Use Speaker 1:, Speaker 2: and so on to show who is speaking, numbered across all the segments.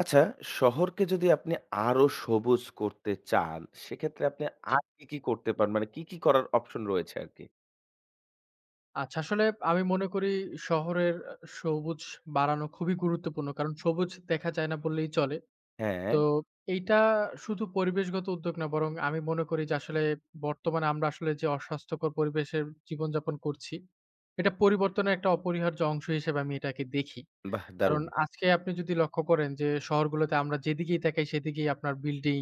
Speaker 1: আচ্ছা, শহরকে যদি আপনি আরো সবুজ করতে চান, সেক্ষেত্রে আপনি
Speaker 2: জি।
Speaker 1: আর কি, কি করতে পারেন? মানে কি, কি করার অপশন রয়েছে আরকি?
Speaker 2: আচ্ছা আসলে আমি মনে করি শহরের সবুজ বাড়ানো খুবই গুরুত্বপূর্ণ। কারণ সবুজ দেখা যায় না বললেই চলে।
Speaker 1: হ্যাঁ,
Speaker 2: তো এইটা শুধু পরিবেশগত উদ্যোগ না বরং আমি মনে করি যে আসলে বর্তমানে আমরা আসলে যে অস্বাস্থ্যকর পরিবেশের জীবনযাপন করছি, এটা পরিবর্তনের একটা অপরিহার্য অংশ হিসেবে আমি এটাকে দেখি।
Speaker 1: বাহ!
Speaker 2: কারণ
Speaker 1: দারুণ।
Speaker 2: আজকে আপনি যদি লক্ষ্য করেন যে শহরগুলোতে আমরা যেদিকেই তাকাই সেদিকেই আপনার বিল্ডিং,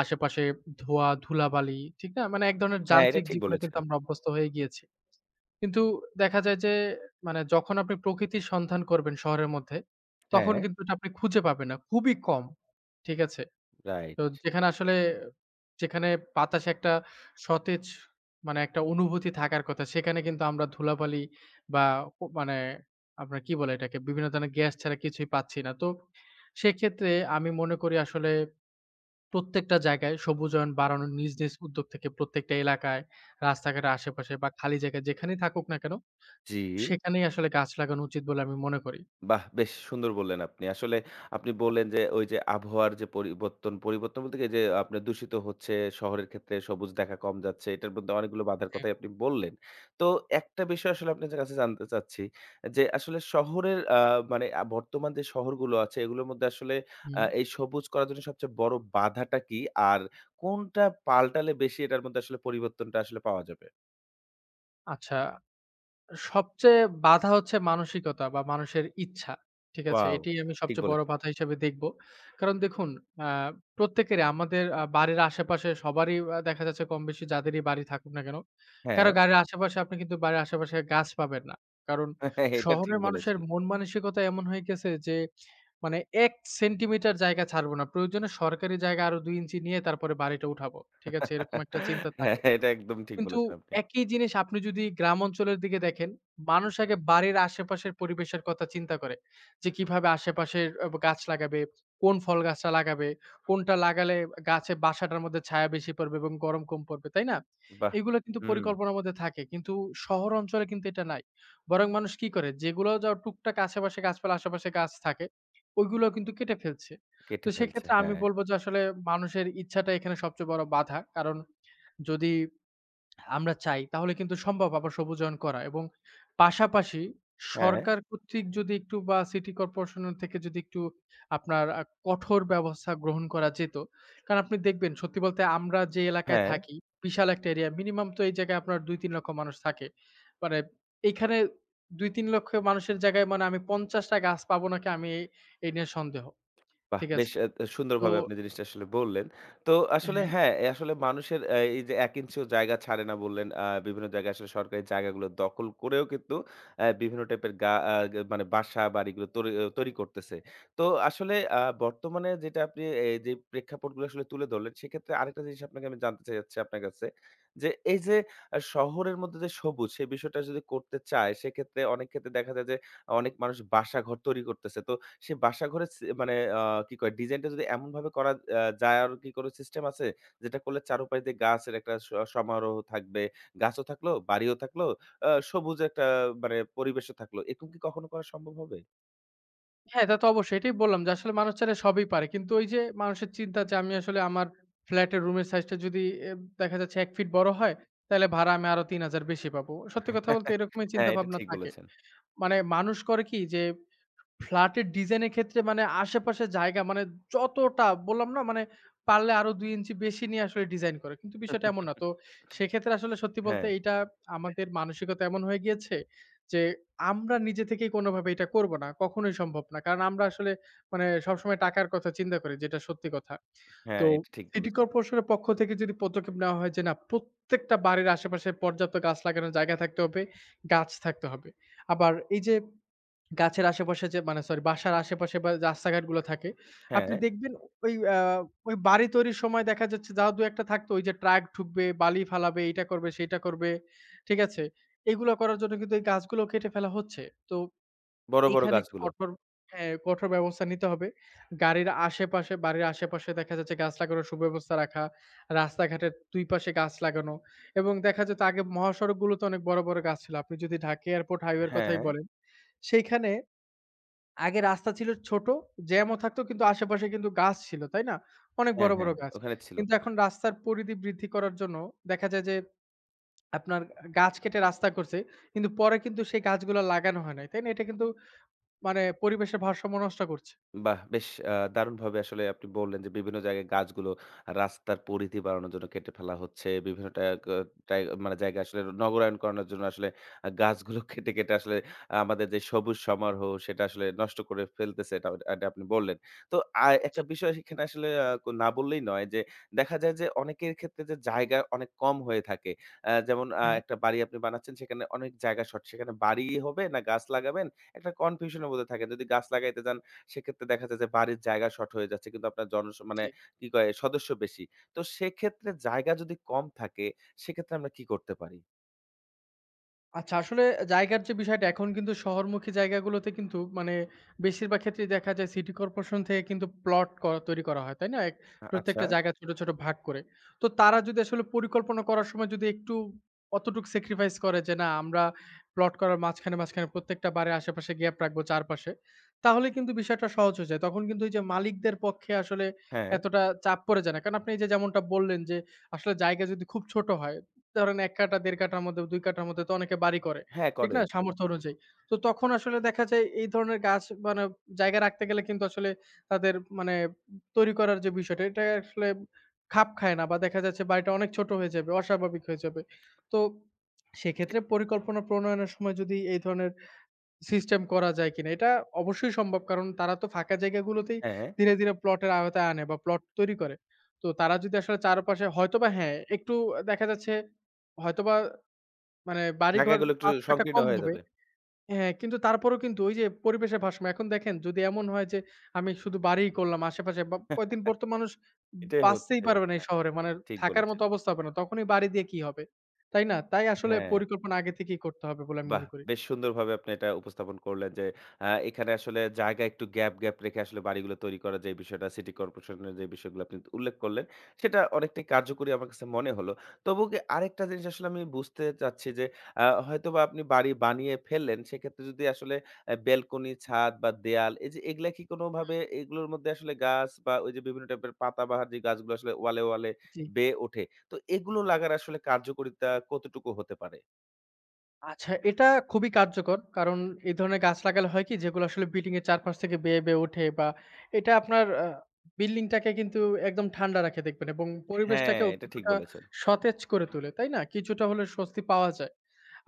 Speaker 2: আশেপাশে ধোঁয়া, ধুলাবালি, ঠিক না? মানে এক ধরনের
Speaker 1: হ্যাঁ, এটা
Speaker 2: যান্ত্রিক
Speaker 1: ঠিক
Speaker 2: জীবনে কিন্তু
Speaker 1: বলেছেন।
Speaker 2: আমরা অভ্যস্ত হয়ে গিয়েছি। কিন্তু দেখা যায় যে মানে যখন আপনি প্রকৃতির সন্ধান করবেন শহরের মধ্যে, তখন
Speaker 1: হ্যাঁ,
Speaker 2: কিন্তু এটা আপনি খুঁজে পাবেন না। খুবই কম। ঠিক আছে? তো
Speaker 1: রাইট।
Speaker 2: যেখানে আসলে যেখানে বাতাসে একটা সতেজ মানে একটা অনুভূতি থাকার কথা, সেখানে কিন্তু আমরা ধুলাবালি বা ও মানে আপনার কি বলে এটাকে? বিভিন্ন ধরনের গ্যাস ছাড়া কিছুই পাচ্ছি না। তো সেক্ষেত্রে আমি মনে করি আসলে প্রত্যেকটা জায়গায় সবুজায়ন বাড়ানোর নিজ, নিজ উদ্যোগ থেকে প্রত্যেকটা এলাকায়, রাস্তাঘাটের আশেপাশে বা খালি জায়গায় যেখানেই থাকুক না কেন
Speaker 1: জি।
Speaker 2: সেখানেই আসলে গাছ লাগানো উচিত বলে আমি মনে করি।
Speaker 1: বাহ! বেশ সুন্দর বললেন আপনি। আসলে আপনি বললেন যে, ওই যে আবহাওয়ার যে পরিবর্তন, পরিবর্তন বলতে কি যে আপনার দূষিত হচ্ছে, শহরের ক্ষেত্রে সবুজ দেখা কম যাচ্ছে। এটার মধ্যে অনেকগুলো বাধার
Speaker 2: জি,
Speaker 1: কথাই আপনি বললেন। তো একটা বিষয় আসলে আপনার কাছে জানতে চাচ্ছি যে, আসলে শহরের মানে বর্তমান যে শহরগুলো আছে, এগুলোর মধ্যে আসলে
Speaker 2: হুম।
Speaker 1: এই সবুজ করার জন্য সবচেয়ে বড় বাধাটা কি? আর কোনটা পাল্টালে বেশি এটার মধ্যে আসলে পরিবর্তনটা আসলে পাওয়া যাবে?
Speaker 2: আচ্ছা, সবচেয়ে বাধা হচ্ছে মানসিকতা বা মানুষের ইচ্ছা। ঠিক আছে?
Speaker 1: ওয়াও!
Speaker 2: এটিই আমি
Speaker 1: ঠিক
Speaker 2: সবচেয়ে বড়
Speaker 1: বলেছেন।
Speaker 2: বাধা হিসেবে দেখব। কারণ দেখুন আ প্রত্যেকেরই আমাদের বাড়ির আশেপাশে সবারই দেখা যাচ্ছে কমবেশি যাদেরই বাড়ি থাকুক না কেন,
Speaker 1: হ্যাঁ,
Speaker 2: কারো গাড়ির আশেপাশে আপনি কিন্তু বাড়ির আশেপাশে গাছ পাবেন না। কারণ
Speaker 1: এটা ঠিক
Speaker 2: শহরের মানুষের
Speaker 1: বলেছেন।
Speaker 2: মন মানসিকতা এমন হয়ে গেছে যে মানে ১ সেন্টিমিটার জায়গা ছাড়বো না। প্রয়োজনে সরকারি জায়গা আরো ২ ইঞ্চি নিয়ে তারপরে বাড়িটা উঠাবো। ঠিক আছে? এরকম একটা চিন্তা
Speaker 1: হ্যাঁ,
Speaker 2: থাকে।
Speaker 1: এটা একদম ঠিক
Speaker 2: কিন্তু
Speaker 1: বলেছেন আপনি।
Speaker 2: একই জিনিস আপনি যদি গ্রাম অঞ্চলের দিকে দেখেন, মানুষ আগে বাড়ির আশেপাশের পরিবেশের কথা চিন্তা করে। যে কিভাবে আশেপাশের গাছ লাগাবে, কোন ফল গাছটা লাগাবে, কোনটা লাগালে গাছে বাসাটার মধ্যে ছায়া বেশি পড়বে এবং গরম কম পড়বে, তাই না?
Speaker 1: বাহ!
Speaker 2: এগুলো কিন্তু
Speaker 1: হুম,
Speaker 2: পরিকল্পনার মধ্যে থাকে। কিন্তু শহর অঞ্চলে কিন্তু এটা নাই। বরং মানুষ কি করে? যেগুলো যা টুকটাক আশেপাশে গাছপালা, আশেপাশে গাছ থাকে, ওইগুলো কিন্তু কেটে ফেলছে।
Speaker 1: কেটে
Speaker 2: তো
Speaker 1: ফেলছে।
Speaker 2: সেক্ষেত্রে আমি
Speaker 1: হ্যাঁ,
Speaker 2: বলব যে আসলে মানুষের ইচ্ছাটা এখানে সবচেয়ে বড় বাধা। কারণ যদি আমরা চাই তাহলে কিন্তু সম্ভব আবার সবুজায়ন করা এবং পাশাপাশি
Speaker 1: হ্যাঁ,
Speaker 2: সরকার কর্তৃক যদি একটু বা সিটি কর্পোরেশনের থেকে যদি একটু আপনার কঠোর ব্যবস্থা গ্রহণ করা যেত। কারণ আপনি দেখবেন সত্যি বলতে আমরা যে এলাকায়
Speaker 1: হ্যাঁ।
Speaker 2: থাকি বিশাল একটা এরিয়া মিনিমাম তো এই জায়গায় আপনার ২-৩ লক্ষ মানুষ থাকে। মানে এইখানে ২-৩ লক্ষ মানুষের জায়গায় মানে আমি ৫০ টা গাছ পাবো নাকি আমি এই এই নিয়ে সন্দেহ।
Speaker 1: বাহ!
Speaker 2: ঠিক
Speaker 1: বেশ
Speaker 2: আছে?
Speaker 1: এ এ
Speaker 2: তো
Speaker 1: সুন্দরভাবে আপনি জিনিসটা আসলে বললেন। তো আসলে
Speaker 2: হ্যাঁ।
Speaker 1: হ্যাঁ, আসলে মানুষের এই যে ১ ইঞ্চিও জায়গা ছাড়ে না বললেন, বিভিন্ন জায়গায় আসলে সরকারি জায়গাগুলো দখল করেও কিন্তু বিভিন্ন টাইপের গা আ গে মানে বাসা, বাড়িগুলো তরি আ তৈরি করতেছে। তো আসলে বর্তমানে যেটা আপনি এই যে প্রেক্ষাপটগুলো আসলে তুলে ধরলেন, সেক্ষেত্রে আরেকটা জিনিস আপনাকে আমি জানতে যাচ্ছি আপনার কাছে। যে এই যে শহরের মধ্যে যে সবুজ, সেই বিষয়টা যদি করতে চায়, সেক্ষেত্রে অনেক ক্ষেত্রে দেখা যায় যে অনেক মানুষ বাসাঘর তৈরি করতেছে। তো সে বাসাঘরে মানে কি কয় ডিজাইনটা যদি এমনভাবে করা যায় আর কি কোনো সিস্টেম আছে? যেটা করলে চারুপাশ দিয়ে গাছের একটা সমারোহ থাকবে। গাছও থাকলো, বাড়িও থাকলো, সবুজ একটা মানে পরিবেশও থাকলো। এরকম কি কখনো করা সম্ভব হবে?
Speaker 2: হ্যাঁ, এটা তো অবশ্যই। এটাই বললাম যে আসলে মানুষ চাইলে সবই পারে। কিন্তু ওই যে মানুষের চিন্তা যে আমি আসলে আমার ফ্ল্যাটের রুমের সাইজটা যদি এ দেখা যাচ্ছে ১ ফিট বড় হয়, তাহলে ভাড়া আমি আরো ৩,০০০ বেশি পাবো। সত্যি কথা বলতে এরকমই
Speaker 1: হ্যাঁ, এটা
Speaker 2: চিন্তাভাবনা
Speaker 1: ঠিক
Speaker 2: থাকে।
Speaker 1: বলেছেন।
Speaker 2: মানে মানুষ করে কি যে ফ্ল্যাটের ডিজাইন এর ক্ষেত্রে মানে আশেপাশে জায়গা মানে যতটা বললাম না মানে পারলে আরো ২ ইঞ্চি বেশি নিয়ে আসলে ডিজাইন করে। কিন্তু বিষয়টা এমন না। তো সেক্ষেত্রে আসলে সত্যি বলতে
Speaker 1: হ্যাঁ,
Speaker 2: এইটা আমাদের মানসিকতা এমন হয়ে গিয়েছে যে আমরা নিজে থেকেই কোনোভাবে এটা করব না। কখনোই সম্ভব না। কারণ আমরা আসলে মানে সবসময় টাকার কথা চিন্তা করি যেটা সত্যি কথা।
Speaker 1: হ্যাঁ,
Speaker 2: তো
Speaker 1: এটা ঠিক
Speaker 2: সিটি
Speaker 1: বলেছেন।
Speaker 2: কর্পোরেশনের পক্ষ থেকে যদি পদক্ষেপ নেওয়া হয় যে না প্রত্যেকটা বাড়ির আশেপাশে পর্যাপ্ত গাছ লাগানোর জায়গা থাকতে হবে, গাছ থাকতে হবে। আবার এই যে গাছের আশেপাশে যে মানে সরি বাসার আশেপাশে বা রাস্তাঘাটগুলো থাকে,
Speaker 1: হ্যাঁ,
Speaker 2: আপনি দেখবেন ওই আ ওই বাড়ি তৈরির সময় দেখা যাচ্ছে যাও ২-১ থাকতো ওই যে ট্রাক ঢুকবে, বালি ফালাবে, এইটা করবে, সেইটা করবে। ঠিক আছে? এগুলো করার জন্য কিন্তু এই গাছগুলো কেটে ফেলা হচ্ছে। তো
Speaker 1: বড়, বড়
Speaker 2: এইখানে একটু
Speaker 1: গাছগুলো।
Speaker 2: কঠোর হ্যাঁ, কঠোর ব্যবস্থা নিতে হবে। গাড়ির আশেপাশে বাড়ির আশেপাশে দেখা যাচ্ছে গাছ লাগানোর সুব্যবস্থা রাখা, রাস্তাঘাটের ২ পাশে গাছ লাগানো এবং দেখা যেত আগে মহাসড়কগুলোতে অনেক বড়, বড় গাছ ছিল। আপনি যদি ঢাকা এয়ারপোর্ট হাইওয়ের কথাই
Speaker 1: হ্যাঁ,
Speaker 2: বলেন, সেইখানে আগে রাস্তা ছিল ছোট, জ্যামও থাকতো কিন্তু আশেপাশে কিন্তু গাছ ছিল, তাই না? অনেক
Speaker 1: হ্যাঁ,
Speaker 2: বড়,
Speaker 1: হ্যাঁ,
Speaker 2: বড়
Speaker 1: হ্যাঁ,
Speaker 2: গাছ।
Speaker 1: ওখানে ছিল।
Speaker 2: কিন্তু এখন রাস্তার পরিধি বৃদ্ধি করার জন্য দেখা যায় যে আপনার গাছ কেটে রাস্তা করছে। কিন্তু পরে কিন্তু সেই গাছগুলা লাগানো হয় নাই, তাই না? এটা কিন্তু মানে পরিবেশের ভারসাম্য নষ্ট করছে।
Speaker 1: বাহ! বেশ দারুণভাবে আসলে আপনি বললেন যে, বিভিন্ন জায়গায় গাছগুলো রাস্তার পরিধি বাড়ানোর জন্য কেটে ফেলা হচ্ছে। বিভিন্ন টা গ টাই মানে জায়গায় আসলে নগরায়ন করানোর জন্য আসলে গাছগুলো কেটে, কেটে আসলে আমাদের যে সবুজ সমারোহ সেটা আসলে নষ্ট করে ফেলতেছে। এটা এটা আপনি বললেন। তো
Speaker 2: জি,
Speaker 1: একটা বিষয় সেখানে আসলে না বললেই নয় যে, দেখা যায় যে অনেকের ক্ষেত্রে যে জায়গা অনেক কম হয়ে থাকে। যেমন
Speaker 2: হ্যাঁ,
Speaker 1: একটা বাড়ি আপনি বানাচ্ছেন সেখানে অনেক জায়গা শর্ট। সেখানে বাড়ি হবে না গাছ লাগাবেন? একটা কনফিউশন এর মধ্যে থাকেন। যদি গাছ লাগাইতে যান সেক্ষেত্রে দেখা যায় যে বাড়ির জায়গা শর্ট হয়ে যাচ্ছে। কিন্তু আপনার মানে
Speaker 2: জি।
Speaker 1: কি কয় সদস্য বেশি। তো সেক্ষেত্রে জায়গা যদি কম থাকে সেক্ষেত্রে আমরা কি করতে পারি?
Speaker 2: আচ্ছা আসলে জায়গার যে বিষয়টা এখন কিন্তু শহরমুখী জায়গাগুলোতে কিন্তু মানে বেশিরভাগ ক্ষেত্রেই দেখা যায় সিটি কর্পোরেশন থেকে কিন্তু প্লট করা তৈরি করা হয়, তাই না? এক
Speaker 1: আচ্ছা।
Speaker 2: প্রত্যেকটা জায়গা ছোট, ছোট ভাগ করে। তো তারা যদি আসলে পরিকল্পনা করার সময় যদি একটু অতটুকু স্যাক্রিফাইস করে যে না আমরা প্লট করার মাঝখানে, মাঝখানে প্রত্যেকটা বাড়ির আশেপাশে গ্যাপ রাখবো চারপাশে। তাহলে কিন্তু বিষয়টা সহজ হয়ে যায়। তখন কিন্তু এই যে মালিকদের পক্ষে আসলে
Speaker 1: হ্যাঁ,
Speaker 2: এতটা চাপ পড়ে যায় না। কারণ আপনি এই যে যেমনটা বললেন যে আসলে জায়গা যদি খুব ছোট হয় ধরেন ১ কাঠা, ১.৫ কাঠার মধ্যে, ২ কাঠার মধ্যে তো অনেকে বাড়ি করে।
Speaker 1: হ্যাঁ
Speaker 2: ঠিক
Speaker 1: করে
Speaker 2: না?
Speaker 1: এরকম।
Speaker 2: সামর্থ্য অনুযায়ী। তো তখন আসলে দেখা যায় এই ধরনের গাছ মানে জায়গা রাখতে গেলে কিন্তু আসলে তাদের মানে তৈরি করার যে বিষয়টা এটা আসলে খাপ খায় না বা দেখা যাচ্ছে বাড়িটা অনেক ছোট হয়ে যাবে, অস্বাভাবিক হয়ে যাবে। তো
Speaker 1: সে
Speaker 2: সেক্ষেত্রে পরিকল্পনা প্রণয়নের সময় যদি এই ধরনের সিস্টেম করা যায় কিনা? এটা অবশ্যই সম্ভব। কারণ তারা তো ফাঁকা জায়গাগুলোতেই
Speaker 1: হ্যাঁ,
Speaker 2: ধীরে, ধীরে প্লটের আওতায় আনে বা প্লট তৈরি করে। তো তারা যদি আসলে চারপাশে হয়তোবা হ্যাঁ, একটু দেখা যাচ্ছে হয়তোবা মানে বাড়িঘর
Speaker 1: জায়গাগুলো একটু
Speaker 2: ৫-৬ টা
Speaker 1: সংকীর্ণ
Speaker 2: কম
Speaker 1: হয়ে
Speaker 2: হবে।
Speaker 1: যাবে।
Speaker 2: হ্যাঁ, কিন্তু তারপরেও কিন্তু ওই যে পরিবেশের ভারসাম্য। এখন দেখেন যদি এমন হয় যে আমি শুধু বাড়িই করলাম আশেপাশে বা কয়েকদিন পর তো মানুষ
Speaker 1: এটাই
Speaker 2: বাঁচতেই
Speaker 1: হচ্ছে।
Speaker 2: পারবে না এই
Speaker 1: হ্যাঁ,
Speaker 2: শহরে। মানে
Speaker 1: ঠিক
Speaker 2: থাকার
Speaker 1: বলেছেন।
Speaker 2: মতো অবস্থা হবে না। তখনই বাড়ি দিয়ে কি হবে? তাই না? তাই আসলে
Speaker 1: হ্যাঁ।
Speaker 2: পরিকল্পনা আগে থেকেই করতে হবে বলে আমি
Speaker 1: বাহ!
Speaker 2: মনে করি।
Speaker 1: বেশ সুন্দরভাবে আপনি এটা উপস্থাপন করলেন যে, এখানে আসলে জায়গা একটু গ্যাপ, গ্যাপ রেখে আসলে বাড়িগুলো তৈরি করার যে বিষয়টা, সিটি কর্পোরেশনের যে বিষয়গুলো আপনি উল্লেখ করলেন, সেটা অনেকটাই কার্যকরী আমার কাছে মনে হলো। তবুও কি আরেকটা জিনিস আসলে আমি বুঝতে চাচ্ছি যে, হয়তোবা আপনি বাড়ি বানিয়ে ফেললেন, সেক্ষেত্রে যদি আসলে ব্যালকনি, ছাদ বা দেয়াল এই যে এগুলা কি কোনোভাবে এগুলোর মধ্যে আসলে গাছ বা ওই যে বিভিন্ন টাইপের পাতাবাহার যে গাছগুলো আসলে ওয়ালে, ওয়ালে
Speaker 2: জি।
Speaker 1: বেয়ে ওঠে, তো এগুলো লাগার আসলে কার্যকারিতা কতটুকু হতে পারে?
Speaker 2: আচ্ছা, এটা খুবই কার্যকর। কারণ এই ধরনের গাছ লাগালে হয় কি যেগুলো আসলে বিল্ডিং এর চারপাশ থেকে বেয়ে, বেয়ে ওঠে বা এটা আপনার বিল্ডিংটাকে কিন্তু একদম ঠান্ডা রাখে দেখবেন এবং
Speaker 1: হ্যাঁ,
Speaker 2: পরিবেশটাকেও
Speaker 1: এটা ঠিক
Speaker 2: কিছুটা
Speaker 1: বলেছেন।
Speaker 2: সতেজ করে তোলে, তাই না? কিছুটা হলে স্বস্তি পাওয়া যায়।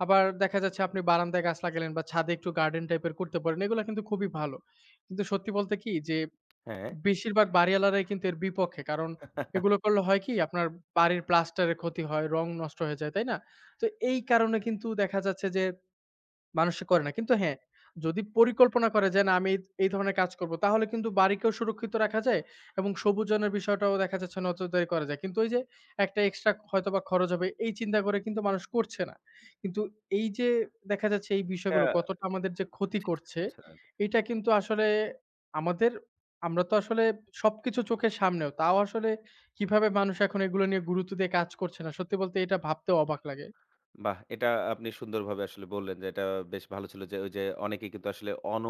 Speaker 2: আবার দেখা যাচ্ছে আপনি বারান্দায় গাছ লাগালেন বা ছাদে একটু গার্ডেন টাইপের করতে পারেন। এগুলা কিন্তু খুবই ভালো। কিন্তু সত্যি বলতে কি যে
Speaker 1: হ্যাঁ।
Speaker 2: বেশিরভাগ বাড়িওয়ালারাই কিন্তু এর বিপক্ষে। কারণ এগুলো করলে হয় কি আপনার বাড়ির প্লাস্টারের ক্ষতি হয়, রং নষ্ট হয়ে যায়, তাই না? তো এই কারণে কিন্তু দেখা যাচ্ছে যে মানুষ করে না। কিন্তু হ্যাঁ, যদি পরিকল্পনা করে যে না আমি এই ধরনের কাজ করব তাহলে কিন্তু বাড়িকেও সুরক্ষিত রাখা যায় এবং সবুজনের বিষয়টাও দেখা যাচ্ছে নজরদারি করা যায়। কিন্তু ওই যে একটা এক্সট্রা হয়তোবা খরচ হবে এই চিন্তা করে কিন্তু মানুষ করছে না। কিন্তু এই যে দেখা যাচ্ছে এই বিষয়গুলো
Speaker 1: এটা
Speaker 2: কতটা আমাদের যে ক্ষতি
Speaker 1: ঠিক
Speaker 2: করছে
Speaker 1: বলেছেন।
Speaker 2: এটা কিন্তু আসলে আমাদের আমরা তো আসলে সবকিছু চোখের সামনেও। তাও আসলে কিভাবে মানুষ এখন এগুলো নিয়ে গুরুত্ব দিয়ে কাজ করছে না। সত্যি বলতে এটা ভাবতেও অবাক লাগে।
Speaker 1: বাহ! এটা আপনি সুন্দরভাবে আসলে বললেন যে, এটা বেশ ভালো ছিল যে, ওই যে, অনেকেই কিন্তু আসলে অন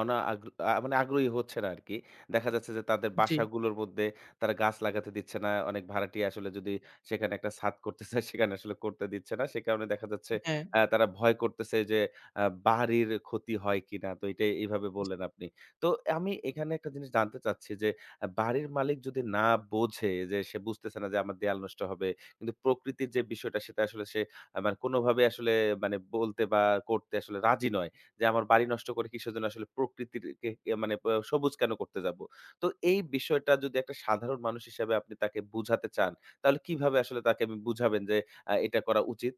Speaker 1: অনা আগ্র আ মানে আগ্রহী হচ্ছে না আরকি। দেখা যাচ্ছে যে, তাদের
Speaker 2: জি,
Speaker 1: বাসাগুলোর মধ্যে তারা গাছ লাগাতে দিচ্ছে না। অনেক ভাড়াটিয়া আসলে যদি সেখানে একটা ছাদ করতে চায়, সেখানে আসলে করতে দিচ্ছে না। সে কারণে দেখা যাচ্ছে
Speaker 2: হ্যাঁ।
Speaker 1: তারা ভয় করতেছে যে, আ বাড়ির ক্ষতি হয় কিনা? তো এটা এইভাবে বললেন আপনি। তো আমি এখানে একটা জিনিস জানতে চাচ্ছি যে, বাড়ির মালিক যদি না বোঝে যে, সে বুঝতেছে না যে, আমার দেয়াল নষ্ট হবে। কিন্তু প্রকৃতির যে, বিষয়টা সেটা আসলে সে আমার কোনোভাবে আসলে মানে বলতে বা করতে আসলে রাজি নয়। যে আমার বাড়ি নষ্ট করে কিসের জন্য আসলে প্রকৃতিরকে কে মানে সবুজ কেন করতে যাবো? তো এই বিষয়টা যদি একটা সাধারণ মানুষ হিসাবে আপনি তাকে বুঝাতে চান, তাহলে কিভাবে আসলে তাকে আপনি বুঝাবেন যে এটা করা উচিত?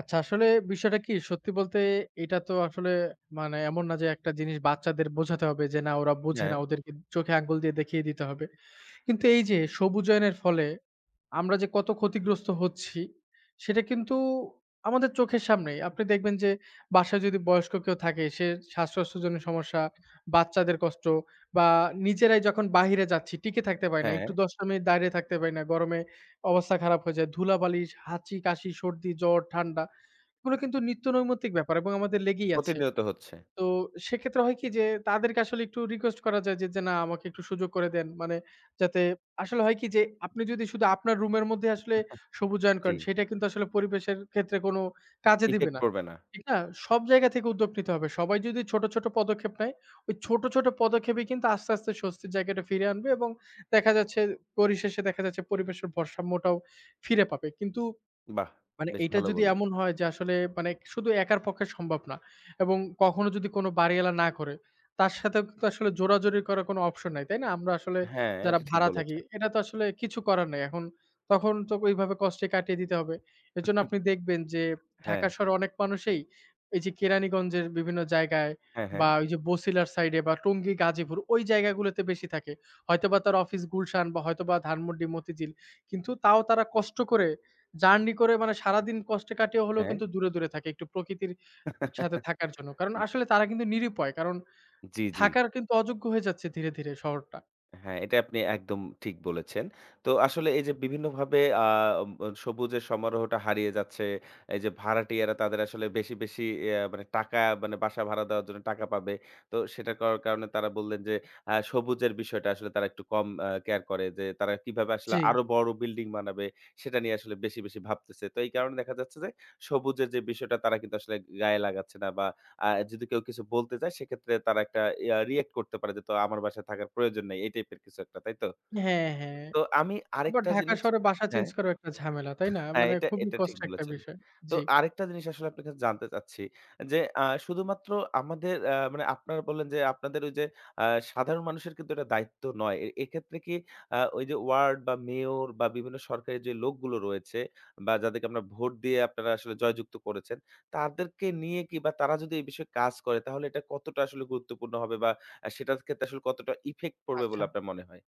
Speaker 2: আচ্ছা আসলে বিষয়টা কি? সত্যি বলতে এটা তো আসলে মানে এমন না যে একটা জিনিস বাচ্চাদের বোঝাতে হবে যে না ওরা বোঝে
Speaker 1: হ্যাঁ,
Speaker 2: না ওদেরকে চোখে আঙ্গুল দিয়ে দেখিয়ে দিতে হবে। কিন্তু এই যে সবুজায়নের ফলে আমরা যে কত ক্ষতিগ্রস্ত হচ্ছি সেটা কিন্তু আমাদের চোখের সামনেই। আপনি দেখবেন যে বাসায় যদি বয়স্ক কেউ থাকে সে শ্বাস-প্রশ্বাসজনিত সমস্যা, বাচ্চাদের কষ্ট বা নিজেরাই যখন বাহিরে যাচ্ছি টিকে থাকতে পারি না।
Speaker 1: হ্যাঁ,
Speaker 2: একটু ১০ টা মিনিট দাঁড়িয়ে থাকতে পারি না। গরমে অবস্থা খারাপ হয়ে যায়। ধুলাবালি, হাঁচি, কাশি, সর্দি, জ্বর, ঠান্ডা এগুলো কিন্তু নিত্য নৈমিত্তিক ব্যাপার এবং আমাদের লেগেই আছে।
Speaker 1: প্রতিনিয়ত হচ্ছে।
Speaker 2: তো সেক্ষেত্রে হয় কি যে তাদেরকে আসলে একটু রিকোয়েস্ট করা যায় যে, যে না আমাকে একটু সুযোগ করে দেন। মানে যাতে আসলে হয় কি যে আপনি যদি শুধু আপনার রুমের মধ্যে আসলে সবুজায়ন
Speaker 1: জি।
Speaker 2: করেন সেটা কিন্তু আসলে পরিবেশের ক্ষেত্রে কোনো কাজে দিবে
Speaker 1: ইফেক্ট
Speaker 2: না।
Speaker 1: পড়বে না।
Speaker 2: ঠিক না? সব জায়গা থেকে উদ্যোগ নিতে হবে। সবাই যদি ছোট, ছোট পদক্ষেপ নেয়, ওই ছোট, ছোট পদক্ষেপেই কিন্তু আস্তে, আস্তে স্বস্তির জায়গাটা ফিরে আনবে এবং দেখা যাচ্ছে পরিশেষে দেখা যাচ্ছে পরিবেশের ভারসাম্যটাও ফিরে পাবে। কিন্তু
Speaker 1: বাহ!
Speaker 2: মানে
Speaker 1: বেশ
Speaker 2: এইটা
Speaker 1: ভালো
Speaker 2: যদি
Speaker 1: বললেন।
Speaker 2: এমন হয় যে আসলে মানে শুধু একার পক্ষে সম্ভব না এবং কখনো যদি কোনো বাড়িওয়ালা না করে, তার সাথেও কিন্তু আসলে জোরাজুরি করার কোনো অপশন নাই, তাই না? আমরা আসলে
Speaker 1: হ্যাঁ,
Speaker 2: যারা
Speaker 1: এটা ঠিক
Speaker 2: ভাড়া থাকি,
Speaker 1: বলেছেন।
Speaker 2: এটা তো আসলে কিছু করার নাই। এখন তখন তো ওইভাবে কষ্টে কাটিয়ে দিতে হবে। এজন্য আপনি দেখবেন যে
Speaker 1: হ্যাঁ,
Speaker 2: ঢাকা শহরে অনেক মানুষেই এই যে কেরানীগঞ্জের বিভিন্ন জায়গায়
Speaker 1: হ্যাঁ, হ্যাঁ,
Speaker 2: বা ওই যে বসিলার সাইডে বা টঙ্গী, গাজীপুর ওই জায়গাগুলোতে বেশি থাকে। হয়তোবা তার অফিস গুলশান বা হয়তোবা ধানমন্ডি, মতিঝিল। কিন্তু তাও তারা কষ্ট করে জার্নি করে মানে সারাদিন কষ্টে কাটিয়ে হলেও
Speaker 1: হ্যাঁ।
Speaker 2: কিন্তু দূরে, দূরে থাকে একটু প্রকৃতির সাথে থাকার জন্য। কারণ আসলে তারা কিন্তু নিরুপায়। কারণ
Speaker 1: জি, জি।
Speaker 2: থাকার কিন্তু অযোগ্য হয়ে যাচ্ছে ধীরে, ধীরে শহরটা।
Speaker 1: হ্যাঁ, এটা আপনি একদম ঠিক বলেছেন। তো আসলে এই যে বিভিন্নভাবে আ উম সবুজের সমারোহটা হারিয়ে যাচ্ছে। এই যে ভাড়াটিয়ারা তাদের আসলে বেশি, বেশি মানে টাকা মানে বাসা ভাড়া দেওয়ার জন্য টাকা পাবে। তো সেটা করার কারণে তারা বললেন যে সবুজের বিষয়টা আসলে তারা একটু কম কেয়ার করে যে তারা কিভাবে আসলে
Speaker 2: জি।
Speaker 1: আরো বড় বিল্ডিং বানাবে সেটা নিয়ে আসলে বেশি, বেশি ভাবতেছে। তো এই কারণে দেখা যাচ্ছে যে সবুজের যে বিষয়টা তারা কিন্তু আসলে গায়ে লাগাচ্ছে না বা আ যদি কেউ কিছু বলতে চায় সেক্ষেত্রে তারা একটা রিঅ্যাক্ট করতে পারে যে, "তো আমার বাসায় থাকার প্রয়োজন নাই।" এই টাইপের কিছু একটা, তাই তো?
Speaker 2: হ্যাঁ, হ্যাঁ।
Speaker 1: তো আমি
Speaker 2: আবার
Speaker 1: আরেকটা
Speaker 2: ঢাকা
Speaker 1: জিনিস
Speaker 2: শহরে বাসা
Speaker 1: হ্যাঁ।
Speaker 2: চেঞ্জ করাও একটা ঝামেলা, তাই না?
Speaker 1: হ্যাঁ,
Speaker 2: মানে
Speaker 1: এটা,
Speaker 2: খুবই
Speaker 1: এটা ঠিক
Speaker 2: কষ্টের একটা
Speaker 1: বলেছেন।
Speaker 2: বিষয়।
Speaker 1: তো
Speaker 2: জি,
Speaker 1: আরেকটা জিনিস আসলে আপনার কাছে জানতে চাচ্ছি যে, শুধুমাত্র আমাদের মানে আপনারা বললেন যে, আপনাদের ওই যে, আ সাধারণ মানুষের কিন্তু এটা দায়িত্ব নয়। এক্ষেত্রে কি ওই যে, ওয়ার্ড বা মেয়র বা বিভিন্ন সরকারি যে, লোকগুলো রয়েছে বা যাদেরকে আমরা ভোট দিয়ে আপনারা আসলে জয়যুক্ত করেছেন, তাদেরকে নিয়ে কি বা তারা যদি এই বিষয়ে কাজ করে তাহলে এটা কতটা আসলে গুরুত্বপূর্ণ হবে বা সেটার ক্ষেত্রে আসলে কতটা ইফেক্ট পড়বে বলে
Speaker 2: আচ্ছা।
Speaker 1: আপনার মনে হয়?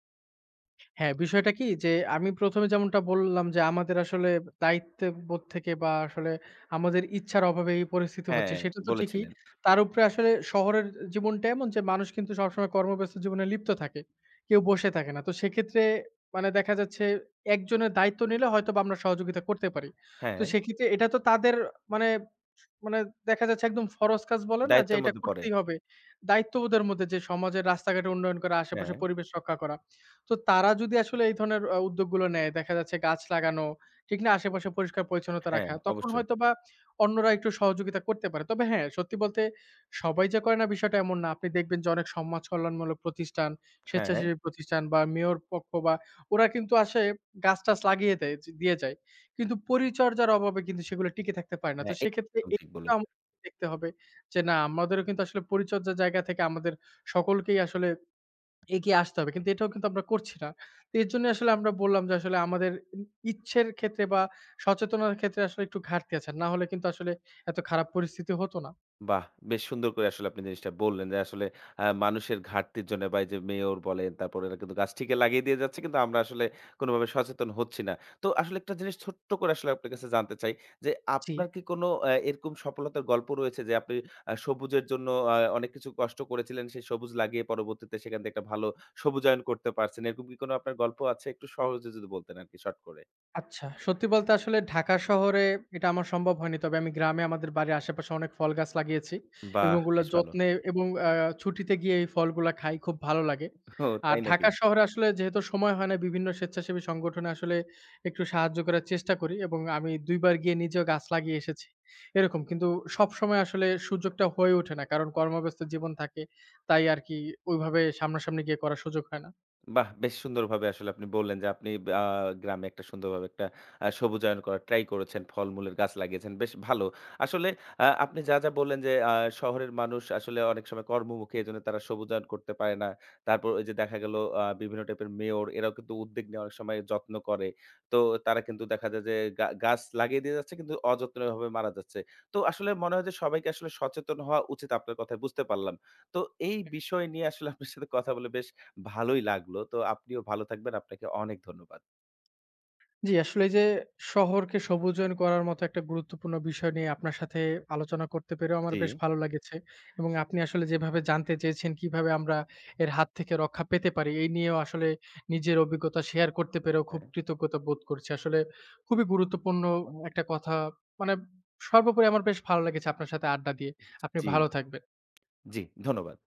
Speaker 2: হ্যাঁ, বিষয়টা কি যে আমি ১ম এ যেমনটা বললাম যে আমাদের আসলে দায়িত্ববোধ থেকে বা আসলে আমাদের ইচ্ছার অভাবে এই পরিস্থিতি
Speaker 1: হ্যাঁ,
Speaker 2: হচ্ছে সেটা তো ঠিকই।
Speaker 1: বলেছিলেন।
Speaker 2: তার উপরে আসলে শহরের জীবনটা এমন যে মানুষ কিন্তু সবসময় কর্মব্যস্ত জীবনে লিপ্ত থাকে। কেউ বসে থাকে না। তো সেক্ষেত্রে মানে দেখা যাচ্ছে একজনের দায়িত্ব নিলে হয়তোবা আমরা সহযোগিতা করতে পারি। তো
Speaker 1: হ্যাঁ,
Speaker 2: সেক্ষেত্রে এটা তো তাদের মানে মানে দেখা যাচ্ছে একদম ফরজ কাজ বলে না যে
Speaker 1: দায়িত্বের
Speaker 2: এটা
Speaker 1: মধ্যে পড়ে।
Speaker 2: করতেই হবে। দায়িত্ববোধের মধ্যে যে সমাজের রাস্তাঘাটে উন্নয়ন করা,
Speaker 1: হ্যাঁ।
Speaker 2: আশেপাশে পরিবেশ রক্ষা করা। তো তারা যদি আসলে এই ধরনের উদ্যোগগুলো নেয়, দেখা যাচ্ছে গাছ লাগানো, ঠিক না? আশেপাশে পরিষ্কার-পরিচ্ছন্নতা
Speaker 1: হ্যাঁ,
Speaker 2: রাখা। তখন
Speaker 1: অবশ্যই।
Speaker 2: হয়তোবা অন্যরা একটু সহযোগিতা করতে পারে। তবে হ্যাঁ, সত্যি বলতে সবাই যে করে না বিষয়টা এমন না। আপনি দেখবেন যে অনেক সমাজ কল্যাণমূলক প্রতিষ্ঠান,
Speaker 1: হ্যাঁ,
Speaker 2: স্বেচ্ছাসেবী প্রতিষ্ঠান বা মেয়র পক্ষ বা ওরা কিন্তু আসে গাছ-টাছ লাগিয়ে দেয় যে দিয়ে যায়। কিন্তু পরিচর্যার অভাবে কিন্তু সেগুলো টিকে থাকতে পারে না। তো
Speaker 1: হ্যাঁ,
Speaker 2: সেক্ষেত্রে
Speaker 1: একদম ঠিক
Speaker 2: এইটা
Speaker 1: বলেছেন।
Speaker 2: আমাদের দেখতে হবে যে না, আমাদেরও কিন্তু আসলে পরিচর্যার জায়গা থেকে আমাদের সকলকেই আসলে এগিয়ে আসতে হবে। কিন্তু এটাও কিন্তু আমরা করছি না। তো এর জন্যই আসলে আমরা বললাম যে আসলে আমাদের ই ইচ্ছের ক্ষেত্রে বা সচেতনার ক্ষেত্রে আসলে একটু ঘাটতি আছে। না হলে কিন্তু আসলে এত খারাপ পরিস্থিতি হতো না।
Speaker 1: বাহ! বেশ সুন্দর করে আসলে আপনি জিনিসটা বললেন যে আসলে মানুষের ঘাটতির জন্য বা এই যে মেয়র বলেন, তারপরে এরা কিন্তু গাছ ঠিকই লাগিয়ে দিয়ে যাচ্ছে কিন্তু আমরা আসলে কোনোভাবে সচেতন হচ্ছি না। তো আসলে একটা জিনিস ছোট্ট করে আসলে আপনার কাছে জানতে চাই যে
Speaker 2: জি।
Speaker 1: আপনার কি কোনো এরকম সফলতার গল্প রয়েছে যে আপনি সবুজের জন্য অনেক কিছু কষ্ট করেছিলেন, সেই সবুজ লাগিয়ে পরবর্তীতে সেখান থেকে একটা ভালো সবুজায়ন করতে পারছেন। এরকম কি কোনো আপনার গল্প আছে? একটু সহজে যদি বলতেন আরকি শর্ট করে।
Speaker 2: আচ্ছা। সত্যি বলতে আসলে ঢাকা শহরে এটা আমার সম্ভব হয়নি। তবে আমি গ্রামে আমাদের বাড়ির আশেপাশে অনেক ফল গাছ লাগিয়েছি এবং
Speaker 1: বাহ!
Speaker 2: ওগুলা
Speaker 1: বেশ ভালো।
Speaker 2: যত্নে এবং ছুটিতে গিয়ে এই ফলগুলা খাই। খুব ভালো লাগে।
Speaker 1: ও
Speaker 2: আর
Speaker 1: তাই নাকি?
Speaker 2: ঢাকা শহরে আসলে যেহেতু সময় হয় না বিভিন্ন স্বেচ্ছাসেবী সংগঠনে আসলে একটু সাহায্য করার চেষ্টা করি এবং আমি ২ বার গিয়ে নিজেও গাছ লাগিয়ে এসেছি। এরকম কিন্তু সবসময় আসলে সুযোগটা হয়ে ওঠে না। কারণ কর্মব্যস্ত জীবন থাকে। তাই আরকি ওইভাবে সামনাসামনি গিয়ে করার সুযোগ হয় না।
Speaker 1: বাহ! বেশ সুন্দরভাবে আসলে আপনি বললেন যে আপনি আ গ্রামে একটা সুন্দরভাবে একটা সবুজায়ন করার ট্রাই করেছেন। ফলমূলের গাছ লাগিয়েছেন। বেশ ভালো। আসলে আপনি যা, যা বললেন যে শহরের মানুষ আসলে অনেক সময় কর্মমুখী এজন্য তারা সবুজায়ন করতে পারে না। তারপর ওই যে দেখা গেল বিভিন্ন টাইপের মেয়র এরাও কিন্তু উদ্যোগ নিয়ে অনেক সময় যত্ন করে। তো তারা কিন্তু দেখা যায় যে গাছ লাগিয়ে দিয়ে যাচ্ছে কিন্তু অযত্নভাবে মারা যাচ্ছে। তো আসলে মনে হয় যে সবাইকে আসলে সচেতন হওয়া উচিত আপনার কথায় বুঝতে পারলাম। তো এই বিষয় নিয়ে আসলে আপনার সাথে কথা বলে বেশ ভালোই লাগলো। তো আপনিও ভালো থাকবেন। আপনাকে অনেক ধন্যবাদ।
Speaker 2: জি, আসলে এই যে শহরকে সবুজায়ন করার মতো একটা গুরুত্বপূর্ণ বিষয় নিয়ে আপনার সাথে আলোচনা করতে পেরেও আমার
Speaker 1: জি।
Speaker 2: বেশ ভালো লেগেছে। এবং আপনি আসলে যেভাবে জানতে চেয়েছেন কিভাবে আমরা এর হাত থেকে রক্ষা পেতে পারি, এই নিয়েও আসলে নিজের অভিজ্ঞতা শেয়ার করতে পেরেও খুব
Speaker 1: হ্যাঁ,
Speaker 2: কৃতজ্ঞতা বোধ করছি। আসলে খুবই গুরুত্বপূর্ণ একটা কথা মানে সর্বোপরি আমার বেশ ভালো লেগেছে আপনার সাথে আড্ডা দিয়ে। আপনি
Speaker 1: জি,
Speaker 2: ভালো থাকবেন।
Speaker 1: জি ধন্যবাদ।